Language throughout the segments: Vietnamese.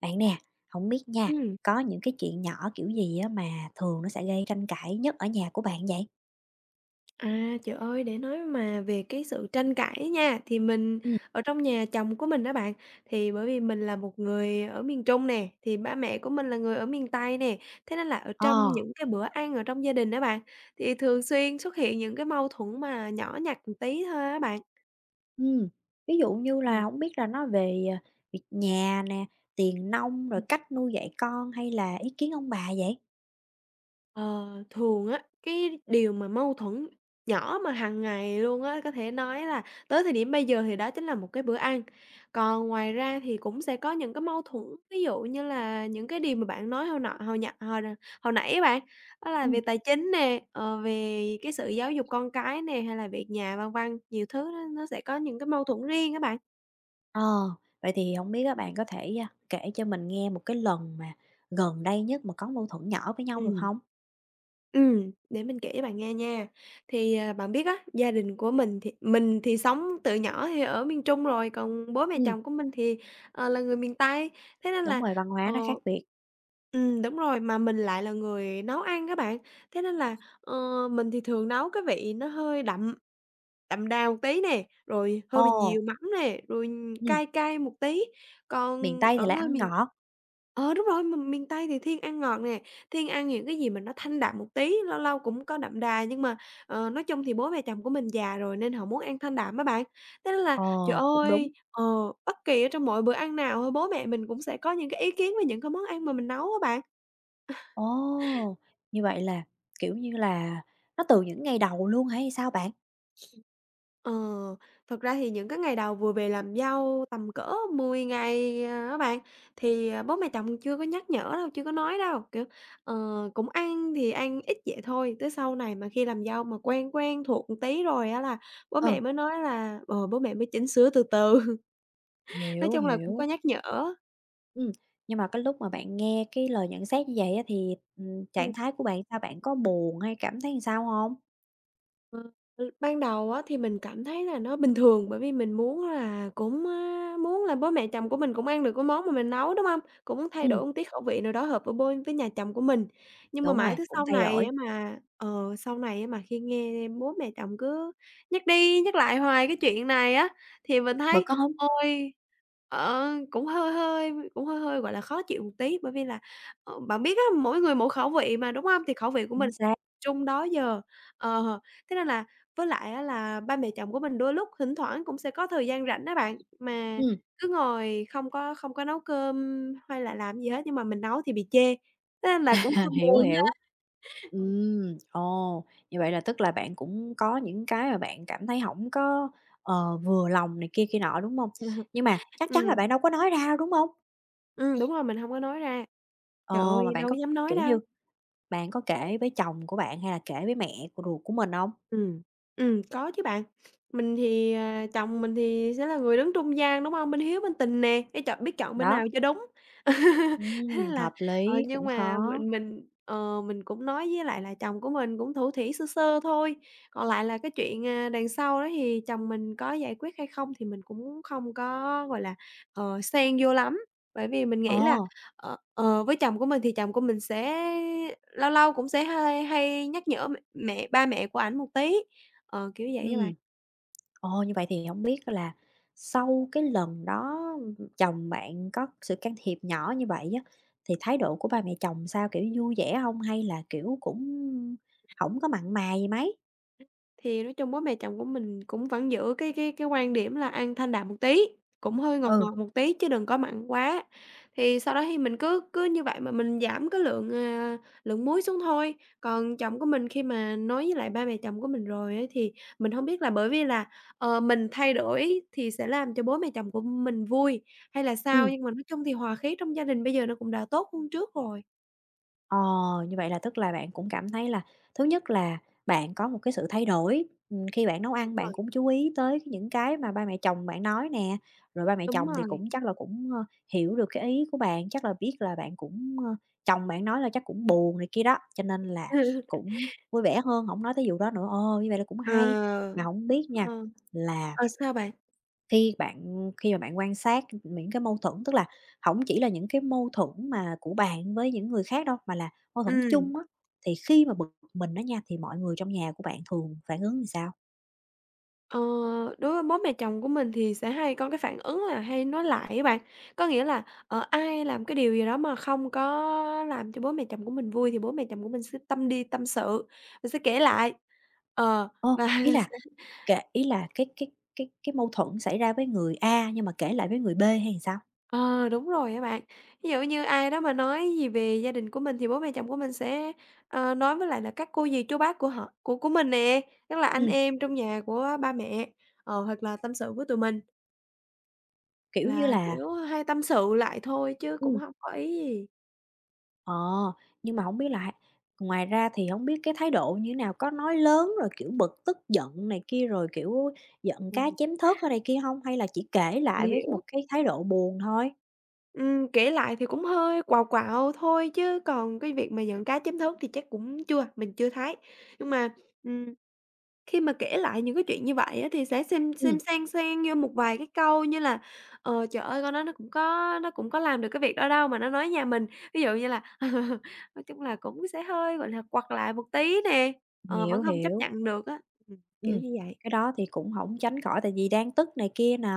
Bạn nè, không biết nha, Ừm, có những cái chuyện nhỏ kiểu gì á mà thường nó sẽ gây tranh cãi nhất ở nhà của bạn vậy? Trời ơi, để nói mà về cái sự tranh cãi nha, thì mình Ừm. ở trong nhà chồng của mình đó bạn, thì bởi vì mình là một người ở miền Trung nè, thì ba mẹ của mình là người ở miền Tây nè, thế nên là ở Ờ, trong những cái bữa ăn ở trong gia đình đó bạn, thì thường xuyên xuất hiện những cái mâu thuẫn mà nhỏ nhặt một tí thôi á bạn. ừm, ví dụ như Ừm. là không biết là nó về, việc nhà nè, tiền nong, rồi cách nuôi dạy con hay là ý kiến ông bà vậy? Ờ, thường á, cái điều mà mâu thuẫn nhỏ mà hàng ngày luôn á, có thể nói là tới thời điểm bây giờ thì đó chính là một cái bữa ăn. Còn ngoài ra thì cũng sẽ có những cái mâu thuẫn, ví dụ như là những cái điều mà bạn nói hồi nọ hồi nhặt hồi nãy á bạn, đó là về Ừm. tài chính nè, về cái sự giáo dục con cái nè, hay là việc nhà, vân vân, nhiều thứ nó sẽ có những cái mâu thuẫn riêng các bạn. Ờ, Vậy thì không biết các bạn có thể, kể cho mình nghe một cái lần mà gần đây nhất mà có mâu thuẫn nhỏ với nhau được Ừm. không? Để mình kể cho bạn nghe nha. Thì, bạn biết á, gia đình của mình thì sống từ nhỏ thì ở miền Trung rồi, còn bố mẹ Ừm. chồng của mình thì, là người miền Tây, thế nên Đúng là rồi, văn ờ, hóa nó khác biệt. Đúng rồi, mà mình lại là người nấu ăn các bạn, thế nên là, mình thì thường nấu cái vị nó hơi đậm, đậm đà một tí nè, rồi hơi bị Ồ, nhiều mắm nè, rồi ừm, cay cay một tí. miền Còn Tây thì ở lại người ăn miền. ngọt. Ờ, đúng rồi, mình miền Tây thì thiên ăn ngọt nè, thiên ăn những cái gì mà nó thanh đạm một tí, lâu lâu cũng có đậm đà, nhưng mà, nói chung thì bố mẹ chồng của mình già rồi nên họ muốn ăn thanh đạm á bạn. Thế nên là, trời Ồ, cũng đúng. ơi, bất kỳ ở trong mọi bữa ăn nào thôi bố mẹ mình cũng sẽ có những cái ý kiến về những cái món ăn mà mình nấu á bạn. Ồ! Như vậy là, kiểu như là, nó từ những ngày đầu luôn hay sao bạn? Ờ, thật ra thì những cái ngày đầu vừa về làm dâu tầm cỡ 10 ngày, á bạn, thì, bố mẹ chồng chưa có nhắc nhở đâu, chưa có nói đâu, kiểu, ờ, cũng ăn thì ăn ít vậy thôi, tới sau này mà khi làm dâu mà quen quen thuộc một tí rồi á là bố Ừ, mẹ mới nói là, bố mẹ mới chỉnh sửa từ từ, nói hiểu, chung là cũng có hiểu. nhắc nhở. Ừ, nhưng mà cái lúc mà bạn nghe cái lời nhận xét như vậy á thì, trạng thái của bạn sao? Bạn có buồn hay cảm thấy sao không? Ờ, ừ, ban đầu á thì mình cảm thấy là nó bình thường, bởi vì mình muốn là cũng, muốn là bố mẹ chồng của mình cũng ăn được cái món mà mình nấu, đúng không? Cũng muốn thay Ừ, đổi một tí khẩu vị nào đó hợp với bôi với nhà chồng của mình. Nhưng mà đúng rồi, mãi tới cũng sau thay này á đổi, mà ờ, sau này á mà khi nghe bố mẹ chồng cứ nhắc đi nhắc lại hoài cái chuyện này á, thì mình thấy, bực không? ôi, cũng hơi hơi, gọi là, khó chịu một tí. Bởi vì là, bạn biết á, mỗi người mỗi khẩu vị mà, đúng không? Thì khẩu vị của mình Chính xác. chung đó giờ. Ờ. Thế nên là với lại á là ba mẹ chồng của mình đôi lúc thỉnh thoảng cũng sẽ có thời gian rảnh á bạn, mà Ừ, cứ ngồi không có nấu cơm hay là làm gì hết, nhưng mà mình nấu thì bị chê, thế nên là cũng hơi hiểu, buồn hiểu. ha. Ừ, ồ, như vậy là tức là bạn cũng có những cái mà bạn cảm thấy không có, vừa lòng này kia kia nọ, đúng không? Nhưng mà chắc chắn là Ừm, bạn đâu có nói ra, đúng không? Đúng rồi, mình hông có nói ra. Trời Ờ, mà ơi, bạn đâu có có, dám nói kiểu đâu. như, bạn có kể với chồng của bạn hay là kể với mẹ của ruột của mình hông? Ừm, có chứ bạn. Mình thì, à Chồng mình thì sẽ là người đứng trung gian, đúng không? Bên hiếu bên tình nè, cái chọn biết chọn bên nào Đó, cho đúng. Thế là hợp lý, nhưng cũng mà khó. Mình cũng nói với lại là chồng của mình cũng thủ thỉ sơ sơ thôi, còn lại là cái chuyện, đằng sau đó thì chồng mình có giải quyết hay không thì mình cũng không có, gọi là, xen vô lắm. Bởi vì mình nghĩ là. Ờ, Ờ, ờ, với chồng của mình thì chồng của mình sẽ lâu lâu cũng sẽ hay hay nhắc nhở ba mẹ của ảnh một tí, kiểu vậy á bạn. ừm. Ồ, như vậy thì hổng biết là sau cái lần đó, chồng bạn có sự can thiệp nhỏ như vậy á, thì thái độ của ba mẹ chồng sao, kiểu, vui vẻ hông hay là, kiểu, cũng hổng có mặn mà gì mấy? Thì nói chung bố mẹ chồng của mình cũng vẫn giữ cái quan điểm là ăn thanh đạm một tí, cũng hơi ngọt Ừ, ngọt một tí chứ đừng có mặn quá. Thì sau đó thì mình cứ cứ như vậy mà mình giảm cái lượng muối xuống thôi. Còn chồng của mình khi mà nói với lại ba mẹ chồng của mình rồi ấy, thì mình không biết là bởi vì là, mình thay đổi thì sẽ làm cho bố mẹ chồng của mình vui hay là sao, ừm. nhưng mà nói chung thì hòa khí trong gia đình bây giờ nó cũng đã tốt hơn trước rồi. Ờ, như vậy là tức là bạn cũng cảm thấy là thứ nhất là bạn có một cái sự thay đổi, khi bạn nấu Đúng ăn bạn rồi. cũng chú ý tới những cái mà ba mẹ chồng bạn nói nè, rồi ba mẹ Đúng chồng thì rồi. cũng chắc là cũng, hiểu được cái ý của bạn, chắc là biết là bạn cũng, chồng bạn nói là chắc cũng buồn này kia đó, cho nên là cũng vui vẻ hơn, không nói tới vụ đó nữa. Ồ, như vậy là cũng hay. Ờ. Mà không biết nha Ờ. là Ờ, sao bạn? Khi mà bạn quan sát những cái mâu thuẫn, tức là hổng chỉ là những cái mâu thuẫn mà của bạn với những người khác đâu, mà là mâu thuẫn Ừ. chung á, thì khi mà bực mình đó nha, thì mọi người trong nhà của bạn thường phản ứng làm sao? Ờ, đối với bố mẹ chồng của mình thì sẽ hay có cái phản ứng là hay nói lại á bạn. Có nghĩa là, ai làm cái điều gì đó mà không có làm cho bố mẹ chồng của mình vui thì bố mẹ chồng của mình sẽ tâm đi tâm sự, mình sẽ kể lại. Ờ, Ồ, và ý là sẽ ý là cái mâu thuẫn xảy ra với người A nhưng mà kể lại với người B hay sao? ờ, đúng rồi các bạn. Ví dụ như ai đó mà nói gì về gia đình của mình thì bố mẹ chồng của mình sẽ, nói với lại là các cô dì chú bác của họ của mình nè, tức là anh Ừm, em trong nhà của ba mẹ, hoặc là tâm sự với tụi mình. kiểu như Là, là kiểu, hay tâm sự lại thôi chứ cũng ừm. hông có ý gì. Ờ, nhưng mà không biết là ngoài ra thì không biết cái thái độ như thế nào? Có nói lớn rồi, kiểu, bực tức giận này kia, rồi, kiểu, giận cá Ừm, chém thớt ở đây kia không? Hay là chỉ kể lại mình với hiểu. một cái thái độ buồn thôi? Kể lại thì cũng hơi quạu quạo thôi chứ còn cái việc mà giận cá chém thớt thì chắc cũng chưa, mình chưa thấy. Nhưng mà, ừm, khi mà kể lại những cái chuyện như vậy á thì sẽ xem Ừm, xen xen vô một vài cái câu như là "Ờ, trời ơi, con đó nó cũng có làm được cái việc đó đâu mà nó nói nhà mình." Ví dụ như là nói chung là cũng sẽ hơi, gọi là, quặt lại một tí nè, vẫn hiểu, hông chấp hiểu. nhận được á. Kiểu Ừm, như vậy. cái đó thì cũng không tránh khỏi tại vì đang tức này kia nè.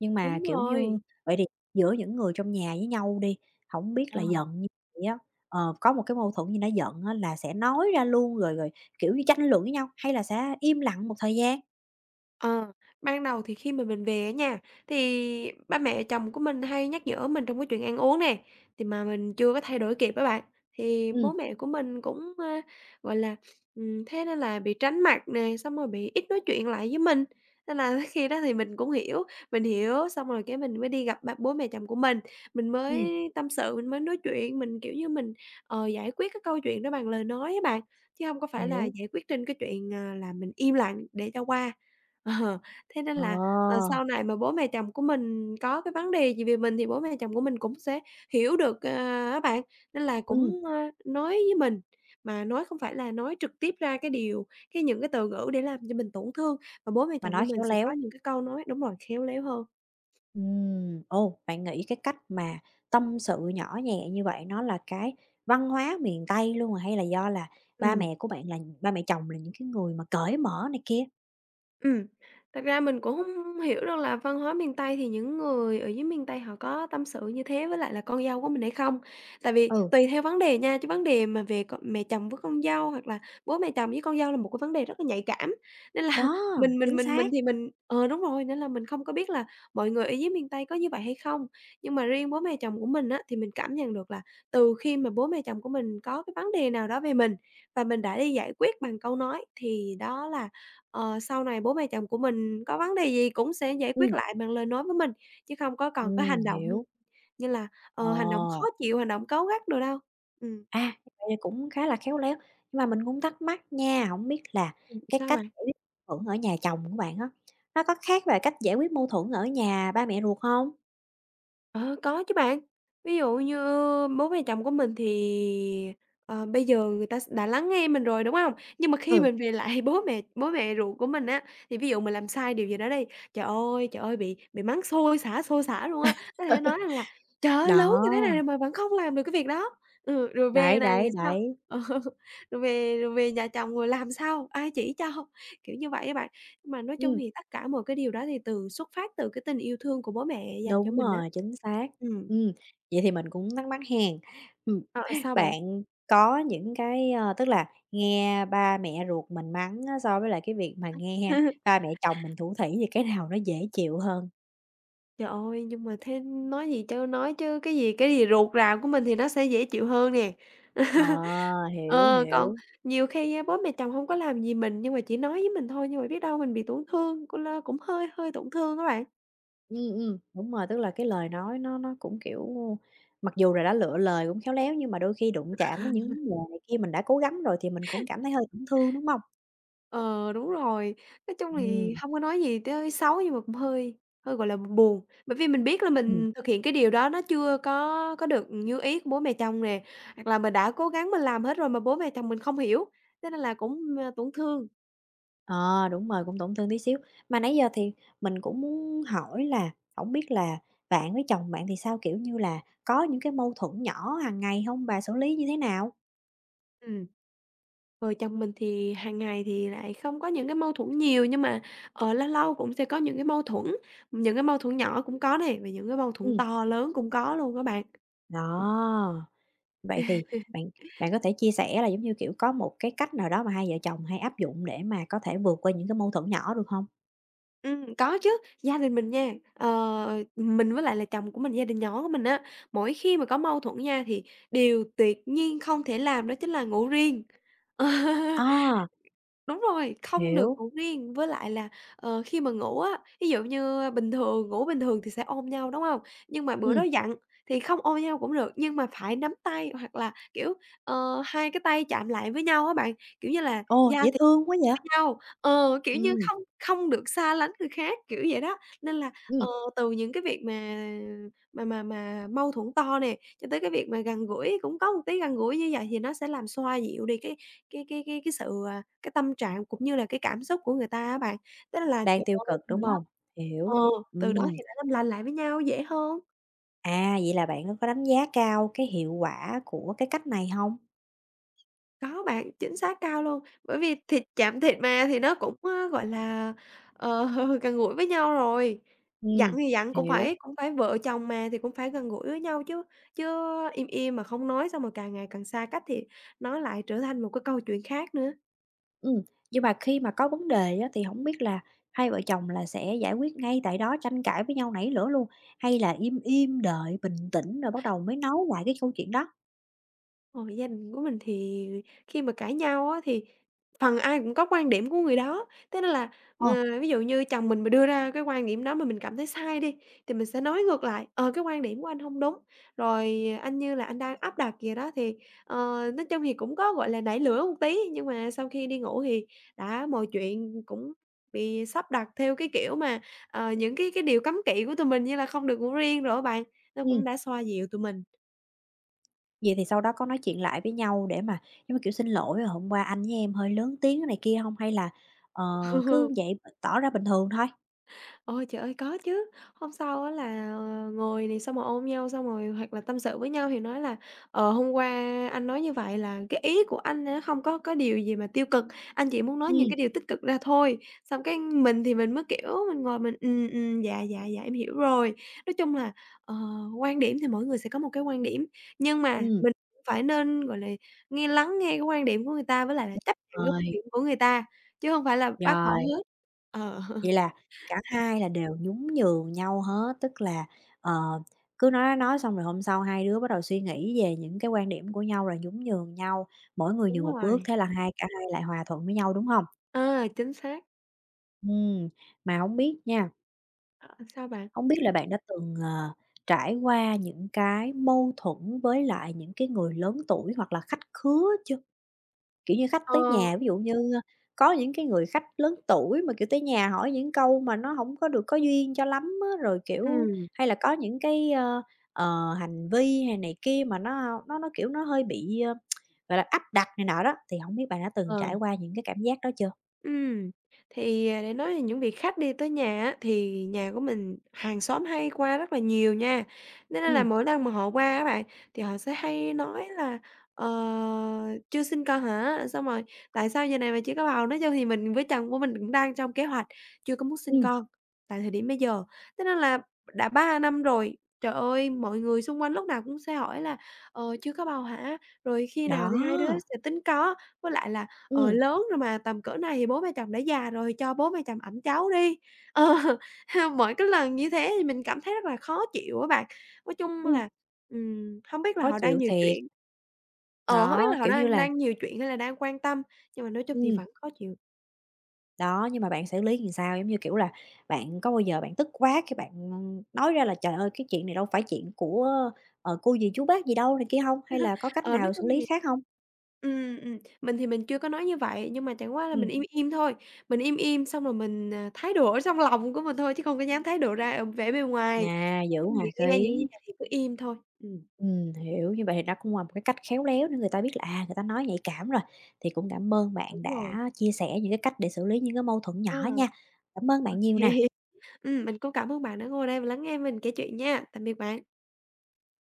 Nhưng mà, Đúng kiểu rồi. như, vậy thì giữa những người trong nhà với nhau đi, không biết Ờ. là giận như vậy á, có một cái mâu thuẫn gì đã giận á là sẽ nói ra luôn rồi rồi, kiểu như, tranh luận với nhau hay là sẽ im lặng một thời gian? Ờ, ban đầu thì khi mà mình về á nha, thì ba mẹ chồng của mình hay nhắc nhở mình trong cái chuyện ăn uống nè, thì mà mình chưa có thay đổi kịp á bạn. Thì Ừm, bố mẹ của mình cũng, gọi là, thế nên là bị tránh mặt nè, xong rồi bị ít nói chuyện lại với mình. Nên là khi đó thì mình cũng hiểu, mình hiểu xong rồi cái mình mới đi gặp bố mẹ chồng của mình mới ừm, tâm sự, mình mới nói chuyện, mình, kiểu như, mình, giải quyết cái câu chuyện đó bằng lời nói á bạn, chứ không có phải là hiểu. giải quyết trên cái chuyện, là mình im lặng để cho qua. Ờ, thế nên Ờ, là, sau này mà bố mẹ chồng của mình có cái vấn đề gì về mình thì bố mẹ chồng của mình cũng sẽ hiểu được, á bạn, nên là ừm, cũng, nói với mình, mà nói không phải là nói trực tiếp ra cái điều cái những cái từ ngữ để làm cho mình tổn thương, mà bố mẹ mà chồng của nói mình khéo sẽ có léo. những cái câu nói đúng rồi, khéo léo hơn. Ồ, bạn nghĩ cái cách mà tâm sự nhỏ nhẹ như vậy nó là cái văn hóa miền Tây luôn rồi hay là do là ba Ừm. mẹ của bạn là ba mẹ chồng là những cái người mà cởi mở này kia? Ừm, thật ra mình cũng không hiểu được là văn hóa miền Tây thì những người ở dưới miền Tây họ có tâm sự như thế với lại là con dâu của mình hay không? Tại vì Ừ, tùy theo vấn đề nha, chứ vấn đề mà về c mẹ chồng với con dâu hoặc là bố mẹ chồng với con dâu là một cái vấn đề rất là nhạy cảm, nên là đó, mình mình chính mình mình xác. thì mình đúng rồi, nên là mình không có biết là mọi người ở dưới miền Tây có như vậy hay không. Nhưng mà riêng bố mẹ chồng của mình á, thì mình cảm nhận được là từ khi mà bố mẹ chồng của mình có cái vấn đề nào đó về mình và mình đã đi giải quyết bằng câu nói thì đó là. Ờ, sau này bố mẹ chồng của mình có vấn đề gì cũng sẽ giải quyết Ừm, lại bằng lời nói với mình, chứ không có còn có hành động hiểu. như là, hành động khó Ồ, chịu, hành động cáu gắt đồ đâu. Ừm. à, vậy thì cũng khá là khéo léo. Nhưng mà mình cũng thắc mắc nha, hổng biết là cái Sao cách bạn? giải quyết mâu thuẫn ở nhà chồng của bạn á, nó có khác về cách giải quyết mâu thuẫn ở nhà ba mẹ ruột hông? Ờ, có chứ bạn. Ví dụ như bố mẹ chồng của mình thì, bây giờ người ta đã lắng nghe mình rồi, đúng không? Nhưng mà khi Ừ, mình về lại bố mẹ ruột của mình á, thì ví dụ mình làm sai điều gì đó đi, trời ơi, bị mắng xôi xả luôn á. Có thể nói rằng là "Trời ơi, đó, lớn như thế này rồi mà vẫn không làm được cái việc đó." Ừ, rồi về đấy, này thì đấy, sao? đấy, Ờ, rồi về nhà chồng rồi làm sao? Ai chỉ cho? Kiểu như vậy á bạn. Mà nói chung ừm, thì tất cả mọi cái điều đó thì xuất phát từ cái tình yêu thương của bố mẹ dành cho đúng mình á. rồi, chính xác. Ừm, Ừm, vậy thì mình cũng thắc mắc hen, ừm, ờ, sao bạn? bạn có những cái, tức là nghe ba mẹ ruột mình mắng á, so với lại cái việc mà nghe ba mẹ chồng mình thủ thỉ thì cái nào nó dễ chịu hơn? Trời ơi, nhưng mà thế nói gì trơn nói chứ, cái gì ruột rà của mình thì nó sẽ dễ chịu hơn nè. Ờ, hiểu, Ờ, còn hiểu, nhiều khi á, bố mẹ chồng không có làm gì mình nhưng mà chỉ nói với mình thôi, nhưng mà biết đâu mình bị tổn thương, cũng cũng hơi hơi tổn thương các bạn. Đúng rồi, tức là cái lời nói nó cũng, kiểu, mặc dù là đã lựa lời cũng khéo léo nhưng mà đôi khi đụng chạm đến những vấn đề này kia mình đã cố gắng rồi thì mình cũng cảm thấy hơi tổn thương, đúng không? Ờ, đúng rồi. Nói chung thì Ừm, hông có nói gì tới xấu nhưng mà cũng hơi hơi, gọi là, buồn, bởi vì mình biết là ừm. mình thực hiện cái điều đó nó chưa có được như ý của bố mẹ chồng nè, hoặc là mình đã cố gắng mình làm hết rồi mà bố mẹ chồng mình không hiểu, thế nên là cũng, tổn thương. Ờ, đúng rồi, cũng tổn thương tí xíu. Mà nãy giờ thì mình cũng muốn hỏi là không biết là bạn với chồng bạn thì sao? Kiểu như là, có những cái mâu thuẫn nhỏ hàng ngày không? Bà xử lý như thế nào? Ừm, vợ chồng mình thì hàng ngày thì lại không có những cái mâu thuẫn nhiều nhưng mà, lâu lâu cũng sẽ có những cái mâu thuẫn, những cái mâu thuẫn nhỏ cũng có nè, và những cái mâu thuẫn Ừ, to lớn cũng có luôn á bạn. đó, vậy thì bạn bạn có thể chia sẻ là, giống như kiểu, có một cái cách nào đó mà hai vợ chồng hay áp dụng để mà có thể vượt qua những cái mâu thuẫn nhỏ được không? Có chứ, gia đình mình nha, ờ, mình với lại là chồng của mình, gia đình nhỏ của mình á, mỗi khi mà có mâu thuẫn nha thì điều tuyệt nhiên không thể làm đó chính là ngủ riêng. À, Đúng rồi, không được hiểu, ngủ riêng, với lại là, khi mà ngủ á, ví dụ như bình thường ngủ bình thường thì sẽ ôm nhau, đúng không? Nhưng mà bữa đó ừ, giận thì không ôm nhau cũng được, nhưng mà phải nắm tay hoặc là, kiểu, hai cái tay chạm lại với nhau á bạn, kiểu như là, ồ, da dễ thịt thương quá vậy! với nhau, ờ, kiểu như, Ừ, không không được xa lánh người khác, kiểu vậy đó. Nên là, ờ, ừm, từ những cái việc mà mâu thuẫn to nè, cho tới cái việc mà gần gũi, cũng có một tí gần gũi như vậy thì nó sẽ làm xoa dịu đi cái sự, à, cái tâm trạng cũng như là cái cảm xúc của người ta á bạn. Tức là, đang trời tiêu ơi, cực, đúng không? ờ, Hiểu, từ đó ừ. thì đã làm lành lại với nhau dễ hơn. À, vậy là bạn có đánh giá cao cái hiệu quả của cái cách này hông? Có bạn, chính xác cao luôn, bởi vì thịt chạm thịt mà thì nó cũng, ơ, gọi là, ờ, gần gũi với nhau rồi. Giận Ừm, thì giận cũng hiểu, phải cũng phải vợ chồng mà thì cũng phải gần gũi với nhau chứ, chứ im im mà không nói xong rồi càng ngày càng xa cách thì nó lại trở thành một cái câu chuyện khác nữa. ừm, nhưng mà khi mà có vấn đề á, thì hổng biết là hai vợ chồng là sẽ giải quyết ngay tại đó, tranh cãi với nhau nảy lửa luôn, hay là im im đợi bình tĩnh rồi bắt đầu mới nói lại cái câu chuyện đó? Ờ, gia đình của mình thì khi mà cãi nhau á thì phần ai cũng có quan điểm của người đó, thế nên là, Ờ, ví dụ như chồng mình mà đưa ra cái quan điểm đó mà mình cảm thấy sai đi, thì mình sẽ nói ngược lại: "Ờ, cái quan điểm của anh không đúng, rồi anh như là anh đang áp đặt vậy đó." Thì, ờ, nói chung thì cũng có, gọi là, nảy lửa một tí, nhưng mà sau khi đi ngủ thì đã mọi chuyện cũng bị sắp đặt theo cái kiểu mà, ờ, những cái điều cấm kỵ của tụi mình như là không được ngủ riêng rồi á bạn, nó ừm, cũng đã xoa dịu tụi mình. vậy thì sau đó có nói chuyện lại với nhau để mà giống như kiểu xin lỗi, là hôm qua anh với em hơi lớn tiếng" cái này kia hông? Hay là, ờ, cứ vậy tỏ ra bình thường thôi? Ôi, trời ơi, có chứ. Hôm sau á là, ờ, ngồi này, xong rồi ôm nhau, xong rồi hoặc là tâm sự với nhau thì nói là "Ờ, hôm qua anh nói như vậy là cái ý của anh á không có điều gì mà tiêu cực, anh chỉ muốn nói những cái Ừm, điều tích cực ra thôi." Xong cái mình thì mình mới, kiểu, mình ngồi mình dạ, dạ, dạ, em hiểu rồi." Nói chung là, ờ, quan điểm thì mỗi người sẽ có một cái quan điểm, nhưng mà ừm, mình phải nên, gọi là, lắng nghe cái quan điểm của người ta với lại là chấp nhận cái rồi, quan điểm của người ta, chứ không phải là bác bỏ rồi. hết. Ờ, Vậy là cả hai là đều nhún nhường nhau hết, tức là, ờ, cứ nói xong rồi hôm sau hai đứa bắt đầu suy nghĩ về những cái quan điểm của nhau rồi nhún nhường nhau, mỗi người đúng nhường một bước, rồi. thế là hai cả hai lại hòa thuận với nhau, đúng không? À, chính xác. Ừm, mà không biết nha, Ờ, sao bạn? không biết là bạn đã từng, trải qua những cái mâu thuẫn với lại những cái người lớn tuổi hoặc là khách khứa chưa? Kiểu như, khách Ờ, tới nhà, ví dụ như, có những cái người khách lớn tuổi mà, kiểu, tới nhà hỏi những câu mà nó hổng có được có duyên cho lắm á, rồi, kiểu ừm, hay là có những cái, hành vi hay này kia mà nó, kiểu, nó hơi bị, gọi là, áp đặt này nọ đó, thì hổng biết bạn đã từng ờ. trải qua những cái cảm giác đó chưa? Ừm, thì, à, để nói về những vị khách đi tới nhà á, thì nhà của mình hàng xóm hay qua rất là nhiều nha, nên là Ừm, mỗi lần mà họ qua các bạn, thì họ sẽ hay nói là "Ờ, chưa sinh con hả? Xong rồi tại sao giờ này mà chưa có bầu?" Nói chung thì mình với chồng của mình cũng đang trong kế hoạch chưa có muốn sinh ừm, con tại thời điểm bây giờ. Thế nên là đã 3 năm rồi, trời ơi, mọi người xung quanh lúc nào cũng sẽ hỏi là "Ờ, chưa có bầu hả? Rồi khi nào thì hai đứa đó, sẽ tính có?" Với lại là "Ờ, ừm, lớn rồi mà, tầm cỡ này thì bố mẹ chồng đã già rồi, cho bố mẹ chồng ẵm cháu đi." Ờ, mỗi cái lần như thế thì mình cảm thấy rất là khó chịu á bạn. Nói chung ừm, là, hông biết là khó họ đang chịu nhiều thiệt. chuyện. Ờ, không biết là Đó, họ kiểu như đang là đang nhiều chuyện hay là đang quan tâm, nhưng mà nói chung thì ừm. vẫn khó chịu. Đó, nhưng mà bạn xử lý làm sao? Giống như, kiểu là, bạn có bao giờ bạn tức quá cái bạn, nói ra là "Trời ơi, cái chuyện này đâu phải chuyện của, cô dì, chú bác gì đâu" này kia không? Hay là có cách Ờ, nói nào xử chung lý thì khác không? Mình thì mình chưa có nói như vậy, nhưng mà chẳng qua là mình Ừm, im im thôi, mình im im xong rồi mình, à, thái độ ở trong lòng của mình thôi chứ không có dám thái độ ra, ờ, vẻ bề ngoài. à, giữ Nói chung hòa thì nghe những khí. gì này thì cứ im thôi. Hiểu, như vậy thì đó cũng là một cái cách khéo léo để người ta biết là, à, người ta nói nhạy cảm rồi. Thì cũng cảm ơn bạn Đúng rồi. đã chia sẻ những cái cách để xử lý những cái mâu thuẫn nhỏ Ờ, nha. Cảm ơn ô bạn nhiều kê. nè. Mình cũng cảm ơn bạn đã ngồi đây và lắng nghe mình kể chuyện nha. Tạm biệt bạn.